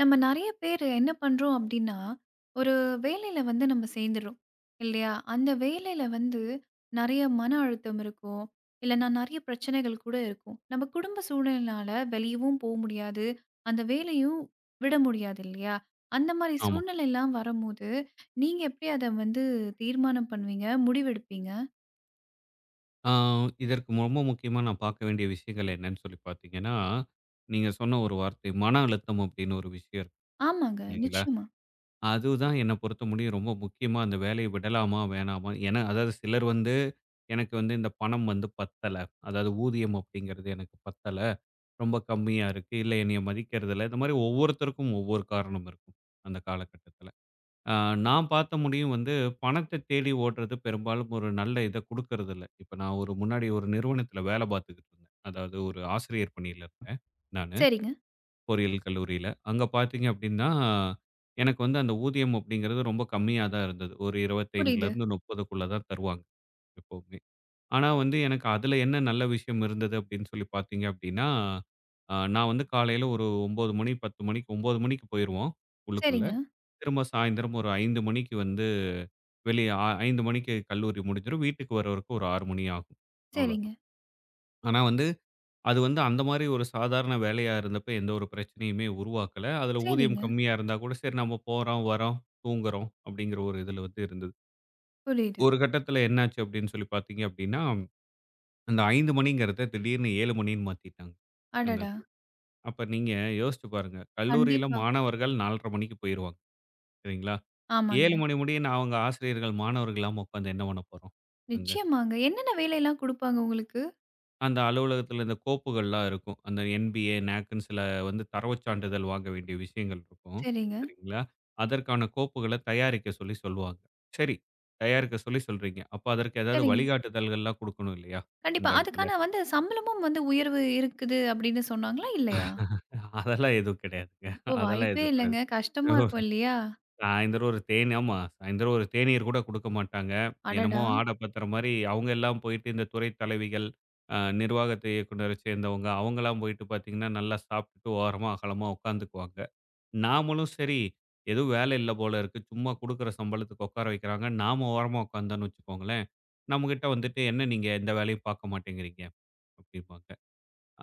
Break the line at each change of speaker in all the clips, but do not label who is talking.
நம்ம நெறைய பேரு என்ன பண்றோம் அப்டின்னா, ஒரு வேலையில வந்து நம்ம சேர்ந்துடுறோம். இல்லையா? அந்த வேலையில வந்து நெறைய மன அழுத்தம் இருக்கும். இல்லன்னா நெறைய பிரச்சனைகள் கூட இருக்கும். நம்ம குடும்ப சூழ்நிலையினால வெளியவும் போ முடியாது. அந்த வேலையும் விட முடியாது இல்லையா? அந்த மாரி
ஆமா.
சூழ்நிலைலாம் வரும்போது, நீங்க எப்டி அத வந்து தீர்மானம் பண்ணுவீங்க? முடிவெடுப்பீங்க?
ஆ இதற்கு ரொம்ப முக்கியமா நான் பார்க்க வேண்டிய விஷயங்கள் என்னன்னு சொல்லி பார்த்தீங்கன்னா, நீங்க சொன்ன ஒரு வார்த்தை மன அழுத்தம் அப்படின்னு ஒரு விஷயம் இருக்கு
ஆமாங்க.
இல்லைங்களா?
நிச்சயமா.
அதுதான் என்ன பொறுத்த முடியும் ரொம்ப முக்கியமா அந்த வேலைய விடலாமா? வேணாமா? ஏன்னா அதாவது சிலர் வந்து எனக்கு வந்து இந்த பணம் வந்து பத்தல. அதாவது ஊதியம் அப்படிங்கிறது எனக்கு பத்தல. ரொம்ப கம்மியா இருக்கு. இல்ல என்னைய மதிக்கிறதில்ல. இந்த மாரி ஒவ்வொருத்தருக்கும் ஒவ்வொரு காரணம் இருக்கும். அந்த காலகட்டத்தில. ஆ, நான் பார்த்த முடியும் வந்து பணத்த தேடி ஓடுறது பெரும்பாலும் ஒரு நல்ல இத குடுக்கறதில்ல. இப்ப நான் ஒரு முன்னாடி ஒரு நிறுவனத்தில வேலை பார்த்துக்கிட்டு இருந்தேன். அதாவது ஒரு ஆசிரியர் பணியில இருந்தேன் நானு,
சரிங்க.
பொறியியல் கல்லூரியில. அங்க பார்த்தீங்க அப்டின்னா, எனக்கு வந்து அந்த ஊதியம் அப்டிங்கிறது ரொம்ப கம்மியா தான் இருந்தது. ஒரு
புரியுது.
25லருந்து 30க்குள்ள தான் தருவாங்க எப்பவுமே. ஆனா வந்து எனக்கு அதில என்ன நல்ல விஷயம் இருந்தது அப்டின்னு சொல்லி பார்த்தீங்க அப்டின்னா, நான் வந்து காலையில ஒரு 9 மணி, 10 மணிக்கு 9 மணிக்கு போயிருவோம் உள்ளுக்குள்ள.
சரிங்க,
திரும்ப சாயந்தரம் ஒரு 5 மணிக்கு வந்து வெளிய 5 மணிக்கு கல்லூரி முடிஞ்சிரும். வீட்டுக்கு வரவருக்கு ஒரு 6 மணி ஆகும்.
சரிங்க, சரிங்க,
அவ்வளோதான். ஆனா வந்து, அது வந்து அந்த மாரி ஒரு சாதாரண வேலையா இருந்தப்ப எந்த ஒரு பிரச்சனையுமே உருவாக்கல. அதுல ஊதியம்
சரிங்க.
கம்மியா இருந்தா கூட, சரி நம்ம போறோம், வரோம், தூங்குறோம் அப்படிங்கிற ஒரு இதுல வந்து இருந்தது.
புரியுது.
ஒரு கட்டத்துல என்னாச்சு அப்படின்னு சொல்லி பார்த்தீங்க அப்படின்னா, அந்த 5 மணிங்கிறத திடீர்னு 7 மணின்னு மாத்திட்டாங்க. அந்த
அடடா!
இதுல. அப்ப நீங்க யோசிச்சு பாருங்க. கல்லூரியில
கண்டிப்பா.
மாணவர்கள் 4:30 மணிக்கு போயிருவாங்க. சரிங்களா? 7
ஆமாங்க.
மணி முடிய நான் அவங்க ஆசிரியர்கள் மாணவர்களாம உட்காந்து என்ன பண்ண போறோம்? அங்க.
நிச்சயமாங்க. என்னென்ன வேலைலாம் குடுப்பாங்க உங்களுக்கு?
அந்த அலுவலகத்துல இந்த கோப்புகள்லாம் இருக்கும். அந்த என்பிஏ, நேக்குன்னு சில வந்து தரவுச் சான்றிதழ் வாங்க வேண்டிய விஷயங்கள் இருக்கும்.
சரிங்க,
சரிங்க. சரிங்களா? அதற்கான கோப்புகள தயாரிக்க சொல்லி சொல்லுவாங்க. சரி, தயாரிக்க சொல்லி சொல்றீங்க. அப்ப அதற்கு ஏதாவது
சரிங்க.
வழிகாட்டுதல்கள்லாம் குடுக்கணும் இல்லையா? அந்த
கண்டிப்பா.
இடத்துல.
அதுக்கான வந்து சம்பளமும் வந்து உயர்வு இருக்குது அப்படின்னு சொன்னாங்களா? இல்லையா?
அதெல்லாம் எதுவும் கிடையாதுங்க.
அப்போ
அதெல்லாம்
வாய்ப்பே
எதுவும்
இல்லங்க.
கிடையாது.
கஷ்டமா இருக்கும் இல்லையா?
சாயந்தரம் ஒரு ஆமா. சாயந்தரம் ஒரு தேநீர் கூட குடுக்க மாட்டாங்க. என்னமோ
அடடா!
ஆட பாத்துற மாரி அவங்க எல்லாம் போயிட்டு இந்த துறை தலைவிகள், நிர்வாகத்தை இயக்குனர சேர்ந்தவங்க அவங்கலாம் போயிட்டு பாத்தீங்கன்னா, நல்லா சாப்ட்டுட்டு ஓரமா அகலமா உட்காந்துக்குவாங்க. நாமளும் சரி, எதுவும் வேலை இல்ல போல இருக்கு. சும்மா குடுக்குற சம்பளத்துக்கு உட்கார வைக்கிறாங்க. நாம ஓரமா உட்காந்தோம்னு வச்சுக்கோங்களேன், நம்மகிட்ட வந்துட்டு "என்ன நீங்க எந்த வேலையும் பாக்க மாட்டேங்கிறீங்க" அப்டிம்பாங்க.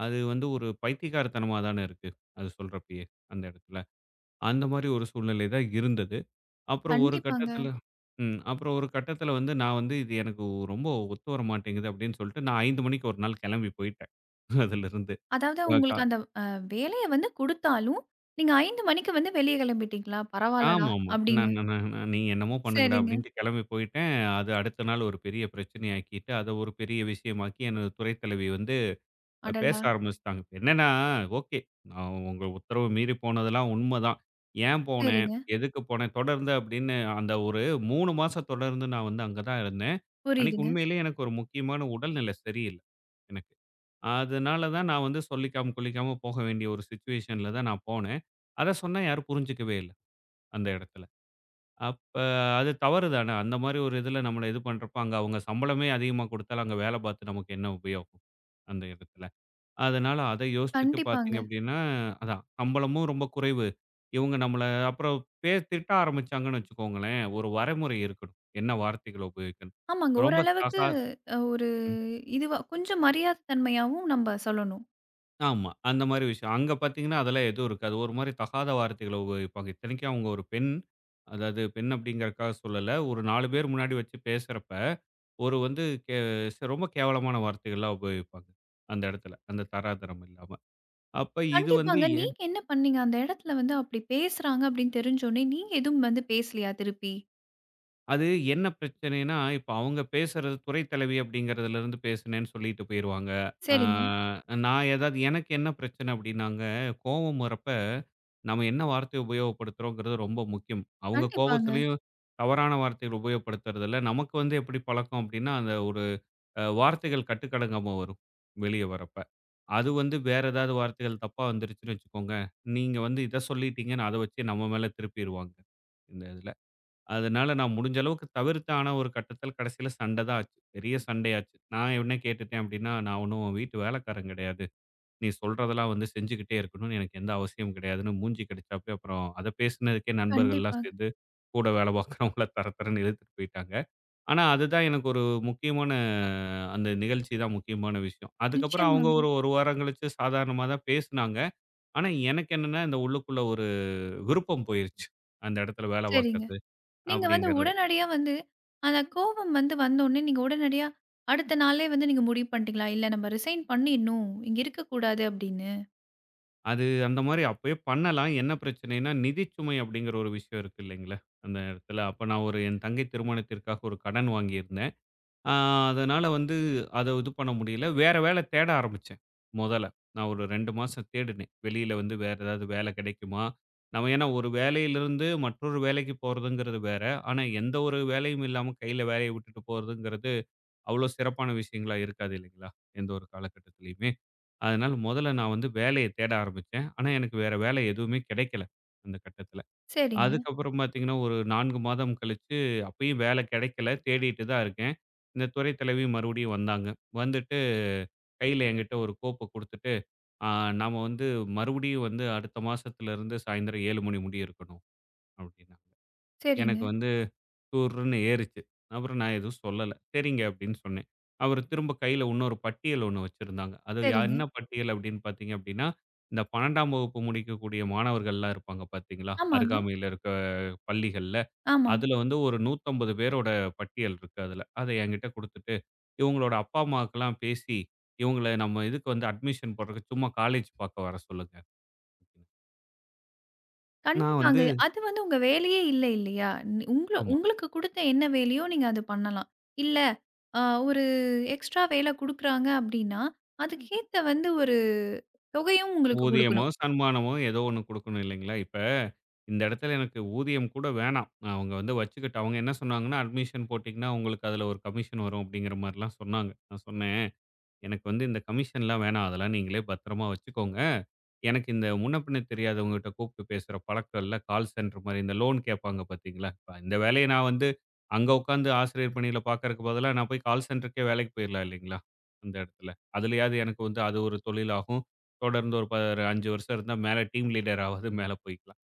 அது வந்து ஒரு பைத்தியக்காரத்தனமா தானே இருக்கு. அது சொல்றப்பயே அந்த இடத்துல. அந்த மாரி ஒரு சூழ்நிலை தான் இருந்தது. அப்புறம் ஒரு
கண்டிப்பாங்க.
கட்டத்தில அப்புறம் ஒரு கட்டத்தில வந்து நான் வந்து இது எனக்கு ரொம்ப ஒத்து வர மாட்டேங்குது அப்படின்னு சொல்லிட்டு, நான் 5 மணிக்கு ஒரு நாள் கிளம்பி போயிட்டேன். அதிலிருந்து.
அதாவது
அ க
உங்களுக்கு அந்த வேலைய வந்து குடுத்தாலும், நீங்க 5 மணிக்கு வந்து வெளிய கிளம்பிட்டீங்களா? பரவால்லடா
ஆமாமா.
அப்படின்னு.
நான் நான் நான் நான் நீங்க என்னமோ பண்ணுங்கடா
சரிங்க.
அப்படின்ட்டு கிளம்பி போயிட்டேன். அது அடுத்த நாள் ஒரு பெரிய பிரச்சனையாக்கிட்டு, அத ஒரு பெரிய விஷயமாக்கி எனது துறை தலைவி வந்து பேச
அடடா!
ஆரம்பிச்சுட்டாங்க. இப்ப என்னன்னா, ஓகே. நான் உங்க உத்தரவு மீறி போனதெல்லாம் உண்மதான். ஏன் போனேன்?
சரிங்க.
எதுக்கு போனேன்? தொடர்ந்து அப்படின்னு அந்த ஒரு 3 மாசம் தொடர்ந்து நான் வந்து அங்க தான் இருந்தேன். அன்னைக்கு
புரியுதுங்க.
உண்மையிலேயே எனக்கு ஒரு முக்கியமான உடல்நிலை சரியில்ல எனக்கு. அதனால தான் நான் வந்து சொல்லிக்காம, கொள்ளிக்காம போக வேண்டிய ஒரு சிச்சுவேஷன்ல தான் நான் போனேன். அத சொன்னா யாரும் புரிஞ்சுக்கவே இல்ல அந்த இடத்துல. அப்ப அது தவறு தானே! அந்த மாரி ஒரு இதுல நம்மள இது பண்றப்ப, அங்க அவங்க சம்பளமே அதிகமா குடுத்தாலும், அங்க வேல பார்த்து நமக்கு என்ன உபயோகம்? அந்த இடத்துல. அதனால அத யோசிச்சுட்டு பார்த்தீங்க
கண்டிப்பாங்க.
அப்படின்னா, அதான் சம்பளமும் ரொம்ப குறைவு. இவங்க நம்மள அப்புறம் திட்ட ஆரம்பிச்சாங்கன்னு வச்சுக்கோங்களேன், ஒரு வரைமுறை இருக்கணும். என்ன வார்த்தைகள உபயோகிக்கணும்.
ஆமாங்க.
ரொம்ப
ஓரளவுக்கு
தகாத
ஒரு
ம்.
இதுவா கொஞ்சம் மரியாதை தன்மையாவும் நம்ப சொல்லணும்.
ஆமா. அந்த மாரி விஷயம். அங்க பார்த்தீங்கன்னா, அதெல்லாம் எதுவும் இருக்காது. ஒரு மாரி தகாத வார்த்தைகள உபயோகிப்பாங்க. இத்தனைக்கும் அவங்க ஒரு பெண். அதாவது பெண் அப்படிங்கிறதுக்காக சொல்லல. ஒரு 4 பேர் முன்னாடி வச்சு பேசுறப்ப, ஒரு வந்து கே ச ரொம்ப கேவலமான வார்த்தைகள்லாம் உபயோகிப்பாங்க. அந்த இடத்துல. அந்த தராதரம் இல்லாம. அப்ப இது வந்து
கண்டிப்பாங்க. நீங்க என்ன பண்ணீங்க? அந்த இடத்துல வந்து அப்படி பேசுறாங்க அப்படின்னு தெரிஞ்சோனே, நீங்க எதுவும் வந்து பேசலையா திருப்பி?
அது என்ன பிரச்சனைன்னா, இப்ப அவங்க பேசுறது துறை தலைவி அப்படிங்கிறதுலருந்து பேசுனேன்னு சொல்லிட்டு போயிருவாங்க. ஆ
சரிங்க.
நான் ஏதாவது எனக்கு என்ன பிரச்சனை அப்படின்னாங்க, கோவம் வரப்ப நம்ம என்ன வார்த்தை உபயோகப்படுத்துறோங்கிறது ரொம்ப முக்கியம். அவங்க
கண்டிப்பாங்க,
கோவத்திலயும் தவறான வார்த்தைகள் உபயோகப்படுத்துறதில்ல. நமக்கு வந்து எப்படி பழக்கம் அப்படின்னா, அந்த ஒரு வார்த்தைகள் கட்டுக்கடங்காம வரும் வெளிய வரப்ப. அது வந்து வேற ஏதாவது வார்த்தைகள் தப்பா வந்துருச்சுன்னு வச்சுக்கோங்க, நீங்க வந்து இத சொல்லிட்டீங்கன்னு அத வச்சு நம்ம மேல திருப்பிருவாங்க இந்த இதுல. அதனால நான் முடிஞ்ச அளவுக்கு தவிர்த்தேன். ஆனா, ஒரு கட்டத்தில கடைசியில சண்ட தான் ஆச்சு. பெரிய சண்டையாச்சு. நான் என்ன கேட்டுட்டேன் அப்டின்னா, "நான் ஒண்ணும் உன் வீட்டு வேலைக்காரன் கிடையாது. நீ சொல்றதெல்லாம் வந்து செஞ்சுகிட்டே இருக்கணும்னு எனக்கு எந்த அவசியமும் கிடையாதுன்னு" மூஞ்சி கிடைச்சாப்புல அப்புறம் அத பேசினதுக்கே நண்பர்கள்லாம்
கண்டிப்பா.
சேர்ந்து கூட வேலை பார்க்குறவங்கள தர தரன்னு இழுத்துட்டு போயிட்டாங்க. ஆனா, அதுதான் எனக்கு ஒரு முக்கியமான அந்த நிகழ்ச்சி தான் முக்கியமான விஷயம். அதுக்கப்புறம் அவங்க
நிச்சயமாங்க.
ஒரு 1 வாரம் கழிச்சு சாதாரணமா தான் பேசுனாங்க. ஆனா, எனக்கு என்னன்னா இந்த உள்ளுக்குள்ள ஒரு விருப்பம் போயிருச்சு. அந்த இடத்துல வேலை
சரிங்க.
பார்க்கறது
நீங்க வந்து
அப்டிங்கிறது.
உடனடியா வந்து அந்த கோவம் வந்து வந்தோனே, நீங்க உடனடியா அடுத்த நாளே வந்து நீங்க முடிவு பண்ணிட்டீங்களா? "இல்ல நம்ம ரிசைன் பண்ணிடணும். இங்க இருக்கக்கூடாது" அப்படின்னு.
அது அந்த மாரி அப்பயே பண்ணலாம். என்ன பிரச்சனைன்னா, நிதிச்சுமை அப்படிங்கிற ஒரு விஷயம் இருக்கு இல்லைங்களா? அந்த இடத்துல. அப்ப நான் ஒரு என் தங்கை திருமணத்திற்காக ஒரு கடன் வாங்கியிருந்தேன். ஆ அதனால வந்து அத இது பண்ண முடியல. வேற வேலை தேட ஆரம்பிச்சேன், மொதல்ல. நான் ஒரு 2 மாசம் தேடினேன். வெளியில வந்து வேற ஏதாவது வேலை கிடைக்குமா? நம்ம ஏன்னா ஒரு வேலையிலிருந்து மற்றொரு வேலைக்கு போறதுங்கிறது வேற. ஆனா எந்த ஒரு வேலையும் இல்லாம கையில வேலைய விட்டுட்டு போறதுங்கிறது, அவ்வளோ சிறப்பான விஷயங்களா இருக்காது இல்லைங்களா? எந்த ஒரு காலகட்டத்திலயுமே. அதனால முதல்ல நான் வந்து வேலைய தேட ஆரம்பிச்சேன். ஆனா, எனக்கு வேற வேலை எதுவுமே கிடைக்கல, அந்த கட்டத்தில.
சரிங்க,
அதுக்கப்புறம் பார்த்தீங்கன்னா, ஒரு 4 மாதம் கழிச்சு அப்பயும் வேலை கிடைக்கல. தேடிட்டு தான் இருக்கேன். இந்த துறை தலைவி மறுபடியும் வந்தாங்க. வந்துட்டு கையில என்கிட்ட ஒரு கோப்ப குடுத்துட்டு, "ஆ நாம வந்து மறுபடியும் வந்து அடுத்த மாசத்துல இருந்து சாயந்தரம் 7 மணி முடிய இருக்கணும்" அப்படின்னாங்க.
சரிங்க,
எனக்கு வந்து துர்ன்னு ஏறுச்சு. அப்புறம் நான் எதுவும் சொல்லல. சரிங்க அப்படின்னு சொன்னேன். அவரு திரும்ப கையில இன்னொரு பட்டியல் ஒண்ணு வச்சிருந்தாங்க. அது
சரிங்க.
என்ன பட்டியல் அப்படின்னு பார்த்தீங்க அப்படின்னா, இந்த 12ஆம் வகுப்பு முடிக்கக்கூடிய மாணவர்கள்லாம் இருப்பாங்க பார்த்தீங்களா?
ஆமாங்க,
அருகாமையில இருக்க பள்ளிகள்ல.
ஆமாங்க.
அதுல வந்து ஒரு 150 பேரோட பட்டியல் இருக்கு அதுல. அத என்கிட்ட குடுத்துட்டு, இவங்களோட அப்பா, அம்மாவுக்கெல்லாம் பேசி, இவங்கள நம்ம இதுக்கு வந்து அட்மிஷன் போடுறதுக்கு சும்மா காலேஜ் பார்க்க வர சொல்லுங்க. அப்படின்னு. நான்
கண்டிப்பாங்க.
வந்து
அது வந்து உங்க வேலையே இல்ல இல்லையா? நி உங்கள
ஆமா.
உங்களுக்கு குடுத்த என்ன வேலையோ நீங்க அத பண்ணலாம். இல்ல அ ஒரு எக்ஸ்ட்ரா வேல குடுக்குறாங்க அப்டின்னா, ம். அதுக்கேத்த வந்து ஒரு தொகையும் உங்களுக்கு
ஊதியமோ,
குடுக்கணும்.
சன்மானமோ ஏதோ ஒண்ணு குடுக்கணும் இல்லைங்களா? இப்ப இந்த இடத்துல எனக்கு ஊதியம் கூட வேணாம். நான் அவங்க வந்து வச்சுக்கிட்டு அவங்க என்ன சொன்னாங்கன்னா, "அட்மிஷன் போட்டீங்கன்னா, உங்களுக்கு அதுல ஒரு கமிஷன் வரும்." அப்படிங்கிற மாரிலாம் சொன்னாங்க. நான் சொன்னேன் எனக்கு வந்து இந்த கமிஷன்லாம் வேணாம். அதெல்லாம் நீங்களே பத்திரமா வச்சுக்கோங்க. எனக்கு இந்த முன்ன பின்ன தெரியாதவங்ககிட்ட கூப்பிட்டு பேசுற பழக்கம் இல்ல. கால் சென்டர் மாரி இந்த லோன் கேட்பாங்க பார்த்தீங்களா? இப்ப இந்த வேலைய நான் வந்து அங்க உட்காந்து ஆசிரியர் பணியில பார்க்கறக்கு பதிலா, நான் போய் கால் சென்டருக்கே வேலைக்கு போயிரலாம் இல்லைங்களா? அந்த இடத்துல. அதுலயாவது எனக்கு வந்து அது ஒரு தொழிலாகும். தொடர்ந்து ஒரு 5 வருஷம் இருந்தா மேல டீம் லீடராவது மேல போய்க்கலாம்.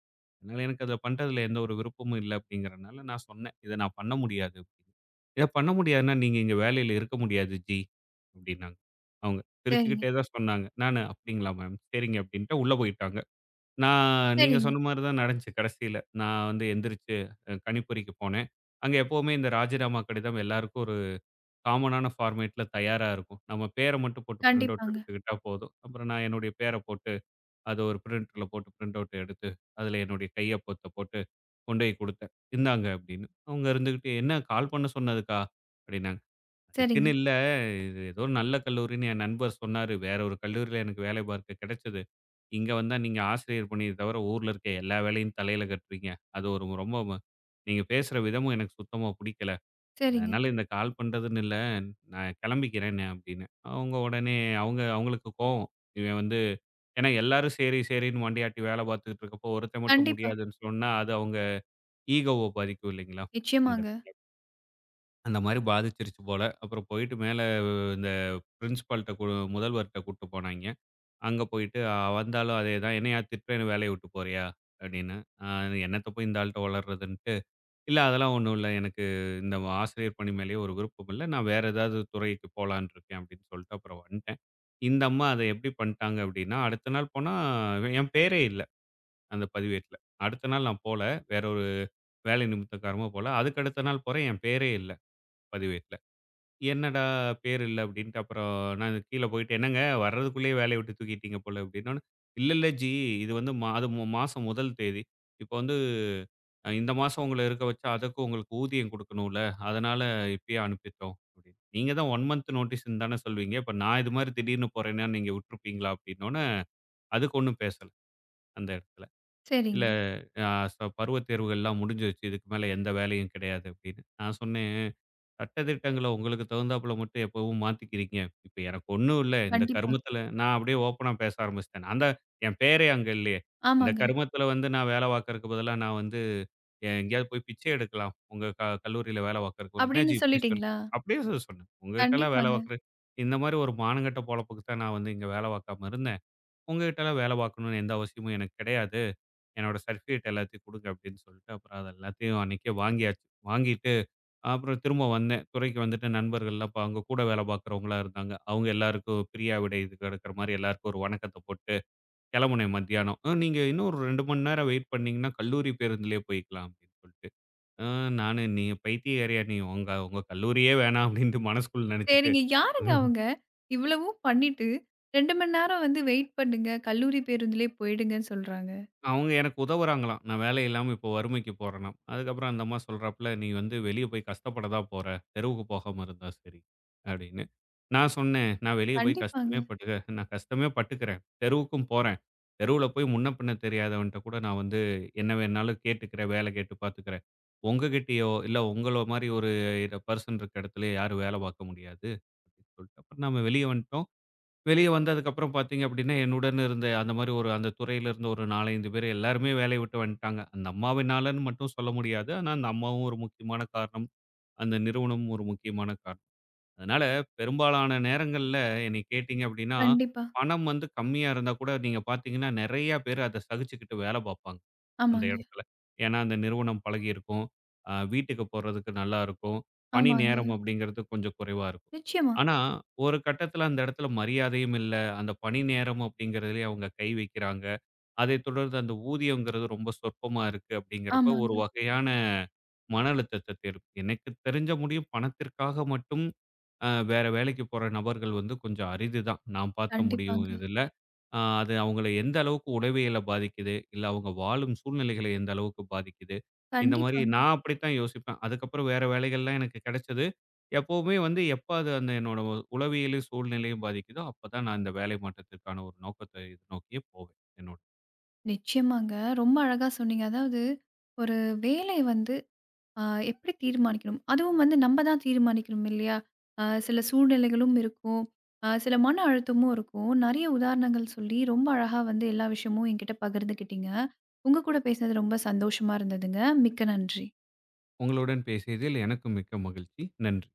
அதனால எனக்கு அத பண்றதுல எந்த ஒரு விருப்பமும் இல்ல அப்படிங்கிறனால நான் சொன்னேன். இத நான் பண்ண முடியாது அப்படின்னு. இத பண்ண முடியாதுன்னா நீங்க இங்க வேலையில இருக்க முடியாது ஜி அப்படின்னாங்க. அவங்க
சரிங்க,
சிரிச்சுக்கிட்டே தான் சொன்னாங்க. நானு அப்படிங்களா மேம்? சரிங்க அப்படின்ட்டு உள்ள போயிட்டாங்க. நான் நீங்க
சரிங்க.
சொன்ன மாரி தான் நடந்துச்சு கடைசியில. நான் வந்து எந்திரிச்சு கணிப்பொறிக்கு போனேன். அங்க எப்பவுமே இந்த ராஜினாமா கடிதம் எல்லாருக்கும் ஒரு காமனான ஃபார்மேட்ல தயாரா இருக்கும். நம்ம பேர மட்டும் போட்டு பிரிண்ட் அவுட்
கண்டிப்பாங்க.
எடுத்துக்கிட்டா போதும். அப்புறம் நான் என்னுடைய பேர போட்டு அத ஒரு பிரிண்டர்ல போட்டு பிரிண்ட் அவுட் எடுத்து, அதில என்னுடைய கையொப்பத்த போட்டு கொண்டு போய் குடுத்தேன். "இந்தாங்க" அப்படின்னு. அவங்க இருந்துகிட்டு, "என்ன கால் பண்ண சொன்னதுக்கா?" அப்படின்னாங்க.
சரிங்க,
"அதுக்குன்னு இல்ல. இது ஏதோ ஒரு நல்ல கல்லூரின்னு என் நண்பர் சொன்னாரு. வேற ஒரு கல்லூரியில எனக்கு வேலை பார்க்க கிடைச்சது. இங்க வந்தா நீங்க ஆசிரியர் பணிய தவிர, ஊர்ல இருக்க எல்லா வேலையும் தலையில கட்டுறீங்க. அது ஒரு ரொம்ப நீங்க பேசுற விதமும் எனக்கு சுத்தமா பிடிக்கல.
சரிங்க.
அதனால இந்த கால் பண்றதுன்னு இல்ல. நான் கிளம்பிக்கிறேன்னு அப்படின்னு. அவங்க உடனே அவங்களுக்கு கோவம். இவன் வந்து ஏன்னா எல்லாரும் சரி, சரின்னு மண்டையாட்டி வேலை பார்த்துக்கிட்டு இருக்கப்போ, ஒருத்தன் மட்டும்
கண்டிப்பா.
முடியாதுன்னு சொன்னா, அது அவங்க ஈகோவ பாதிக்கும் இல்லைங்களா? அந்த
நிச்சயமாங்க.
இடத்துல அந்த மாரி பாதிச்சிருச்சு போல. அப்புறம் போயிட்டு மேல இந்த பிரின்சிபால்ட்ட கு முதல்வர்ட்ட கூட்டு போனாய்ங்க. அங்க போயிட்டு வந்தாலும் அதேதான். "என்னையா திட்டுறேன்னு வேலைய விட்டு போறியா?" அப்படின்னு. "அ என்னத்த போய் இந்த ஆள்ட்ட ஒளர்றதுன்ட்டு" இல்ல அதெல்லாம் ஒண்ணும் இல்ல. எனக்கு இந்த ஆசிரியர் பணி மேலேயே ஒரு விருப்பம் இல்ல. நான் வேற ஏதாவது துறைக்கு போலான்னு இருக்கேன் அப்படின்னு சொல்லிட்டு அப்புறம் வந்துட்டேன். இந்த அம்மா அத எப்படி பண்ணிட்டாங்க அப்படின்னா, அடுத்த நாள் போனா என் பேரே இல்ல அந்த பதிவேட்ல. அடுத்த நாள் நான் போல. வேற ஒரு வேலை நிமித்த காரணமா போல. அதுக்கு அடுத்த நாள் போறேன். என் பேரே இல்ல பதிவேட்ல. என்னடா பேர் இல்ல அப்படின்ட்டு அப்புறம் நான் கீழ போயிட்டு என்னங்க வர்றதுக்குள்ளேயே வேலைய விட்டு தூக்கிட்டீங்க போல அப்படின்னோனே, இல்ல இல்ல ஜி. இது வந்து மாசம் முதல் தேதி. இப்ப வந்து இந்த மாசம் உங்கள இருக்க வச்சா, அதுக்கு உங்களுக்கு ஊதியம் குடுக்கணும்ல. அதனால இப்பயே அனுப்பிட்டோம்." அப்படின்னு. நீங்க தான் 1 மந்த் நோட்டீஸ்ன்னு தானே சொல்வீங்க. இப்ப நான் இது மாரி திடீர்னு போறேன்னா, நீங்க விட்டுருப்பீங்களா? அப்படின்னோனே, அதுக்கு ஒண்ணும் பேசல அந்த இடத்துல. "இல்ல
சரிங்க.
அ ச பருவத் தேர்வுகள்லாம் முடிஞ்சிருச்சு. இதுக்கு மேல எந்த வேலையும் கிடையாது" அப்படின்னு. நான் சொன்னேன் சட்டதிட்டங்கள உங்களுக்கு தகுந்தாப்புல மட்டும் எப்பவும் மாத்திக்கிறீங்க. இப்ப எனக்கு ஒண்ணும் இல்ல. இந்த
கண்டிப்பா.
கருமத்துல நான் அப்படியே ஓப்பனா பேச ஆரம்பிச்சுட்டேன். அந்த என் பேரே அங்க இல்லையே. இந்த
ஆமாங்க.
கருமத்துல வந்து நான் வேலை பார்க்கறக்கு பதிலா நான் வந்து எங்கேயாவது போய் பிச்சை எடுக்கலாம். உங்க கல்லூரியில வேலை பார்க்கறக்கு. என்னாச்சி
அப்டின்னு
இப்படி சொல்ற?
சொல்லிட்டீங்களா?
அப்படியே சொன்னேன். உங்ககிட்டலாம் வேலை
கண்டிப்பாங்க.
பார்க்குறது இந்த மாரி ஒரு மானங்கெட்ட பொழப்புக்கு தான் நான் வந்து இங்க வேலை பார்க்காம இருந்தேன். உங்ககிட்டலாம் வேலை பார்க்கணும்னு எந்த அவசியமும் எனக்கு கிடையாது. என்னோட சர்டிஃபிகேட் எல்லாத்தையும் குடுங்க அப்படின்னு சொல்லிட்டு, அப்புறம் அது எல்லாத்தையும் அன்னைக்கே வாங்கியாச்சு. வாங்கிட்டு அப்புறம் திரும்ப வந்தேன். துறைக்கு வந்துட்டு நண்பர்கள்லாம் அப்ப அங்க கூட வேலை பார்க்குறவங்களா இருந்தாங்க. அவங்க எல்லாருக்கும் பிரியா விடை இது எடுக்கிற மாரி எல்லாருக்கும் ஒரு வணக்கத்த போட்டு, கிளம்புனேன் மத்தியானம். நீங்க இன்னும் ஒரு 2 மணி நேரம் வெயிட் பண்ணீங்கன்னா, கல்லூரி பேருந்துலயே போய்க்கலாம்" அப்படின்னு சொல்லிட்டு. "அ நானு நீ பைத்தியக்காரியா நீ? உங்க உங்க கல்லூரியே வேணாம்" அப்படின்ட்டு மனசுக்குள்ள நெனச்சுட்டு
சரிங்க. யாருங்க அவங்க? இவ்வளவும் பண்ணிட்டு 2 மணி நேரம் வந்து வெயிட் பண்ணுங்க, கல்லூரி பேருந்துலே போயிடுங்கன்னு சொல்றாங்க.
அவங்க எனக்கு உதவுறாங்களாம். நான் வேலை இல்லாம இப்போ வறுமைக்கு போறேனாம். அதுக்கப்புறம் அந்த அம்மா சொல்றாப்புல, "நீ வந்து வெளிய போய் கஷ்டப்பட தான் போற. தெருவுக்கு போகாம இருந்தா சரி" அப்படின்னு. நான் சொன்னேன், "நான் வெளிய போய்
கண்டிப்பாங்க.
கஷ்டமே பட்டுக்கிறேன். தெருவுக்கும் போறேன். தெருவுல போய் முன்ன பின்ன தெரியாதவன்ட்ட கூட நான் வந்து என்ன வேணாலும் கேட்டுக்கிறேன். வேலை கேட்டு பார்த்துக்கிறேன். உங்ககிட்டயோ, இல்ல உங்கள மாரி ஒரு பர்சன் இருக்க இடத்துலயோ யாரும் வேலை பார்க்க முடியாது" அப்படின்னு சொல்லிட்டு, அப்புறம் நாம வெளிய வந்துட்டோம். வெளிய வந்ததுக்கப்புறம் பார்த்தீங்க அப்படின்னா, என்னுடன் இருந்த அந்த மாரி ஒரு அந்த துறையில இருந்த ஒரு 4, 5 பேர் எல்லாருமே வேலைய விட்டு வந்துட்டாங்க. அந்த அம்மாவினாலன்னு மட்டும் சொல்ல முடியாது. ஆனா, அந்த அம்மாவும் ஒரு முக்கியமான காரணம். அந்த நிறுவனமும் ஒரு முக்கியமான காரணம். அதனால பெரும்பாலான நேரங்கள்ல என்னை கேட்டீங்க அப்படின்னா,
கண்டிப்பா.
பணம் வந்து கம்மியா இருந்தா கூட நீங்க பார்த்தீங்கன்னா, நெறைய பேர் அத சகிச்சுக்கிட்டு வேல பார்ப்பாங்க. அந்த
ஆமாங்க,
இடத்துல. ஏன்னா, அந்த நிறுவனம் பழகியிருக்கும். வீட்டுக்கு போறதுக்கு நல்லா இருக்கும். பணி
ஆமாங்க.
நேரம் அப்படிங்கிறது கொஞ்சம் குறைவா இருக்கும்.
நிச்சயமா.
ஆனா, ஒரு கட்டத்துல அந்த இடத்துல மரியாதையும் இல்ல. அந்த பணி நேரம் அப்படிங்கிறதுலயே அவங்க கை வைக்கிறாங்க. அதைத் தொடர்ந்து அந்த ஊதியம்ங்கிறது ரொம்ப சொற்பமா இருக்கு அப்படிங்கிறப்ப ஒரு
ஆமாங்க.
வகையான மன அழுத்தத்த தேடும். எனக்குத் தெரிஞ்ச முடியும் பணத்திற்காக மட்டும் வேற வேலைக்கு போற நபர்கள் வந்து கொஞ்சம் அரிதுதான். நான் பார்த்த முடியும்
கண்டிப்பாங்க,
இதுல. ஆ, அது அவங்கள எந்த அளவுக்கு உளவியல பாதிக்குது, இல்ல அவங்க வாழும் சூழ்நிலைகளை எந்த அளவுக்கு பாதிக்குது. இந்த மாரி
கண்டிப்பாங்க.
நான் அப்படித்தான் யோசிப்பேன். அதுக்கப்புறம் வேற வேலைகள்லாம் எனக்கு கிடைச்சது. எப்பவுமே வந்து எப்ப அது அந்த என்னோட உளவியலும், சூழ்நிலையும் பாதிக்குதோ, அப்பதான் நான் இந்த வேலை மாற்றத்திற்கான ஒரு நோக்கத்தை இது நோக்கியே போவேன் என்னோட.
நிச்சயமாங்க. ரொம்ப அழகா சொன்னீங்க. அதாவது ஒரு வேலைய வந்து அ எப்படி தீர்மானிக்கணும்? அதுவும் வந்து நம்ம தான் தீர்மானிக்கணும் இல்லையா? சில சூழ்நிலைகளும் இருக்கும். சில மன அழுத்தமும் இருக்கும். நெறைய உதாரணங்கள் சொல்லி ரொம்ப அழகா வந்து எல்லா விஷயமும் என்கிட்ட பகிர்ந்துக்கிட்டீங்க. உங்க கூட பேசினது ரொம்ப சந்தோஷமா இருந்ததுங்க. மிக்க நன்றி.
உங்களுடன் பேசியதில் எனக்கு மிக்க மகிழ்ச்சி. நன்றி.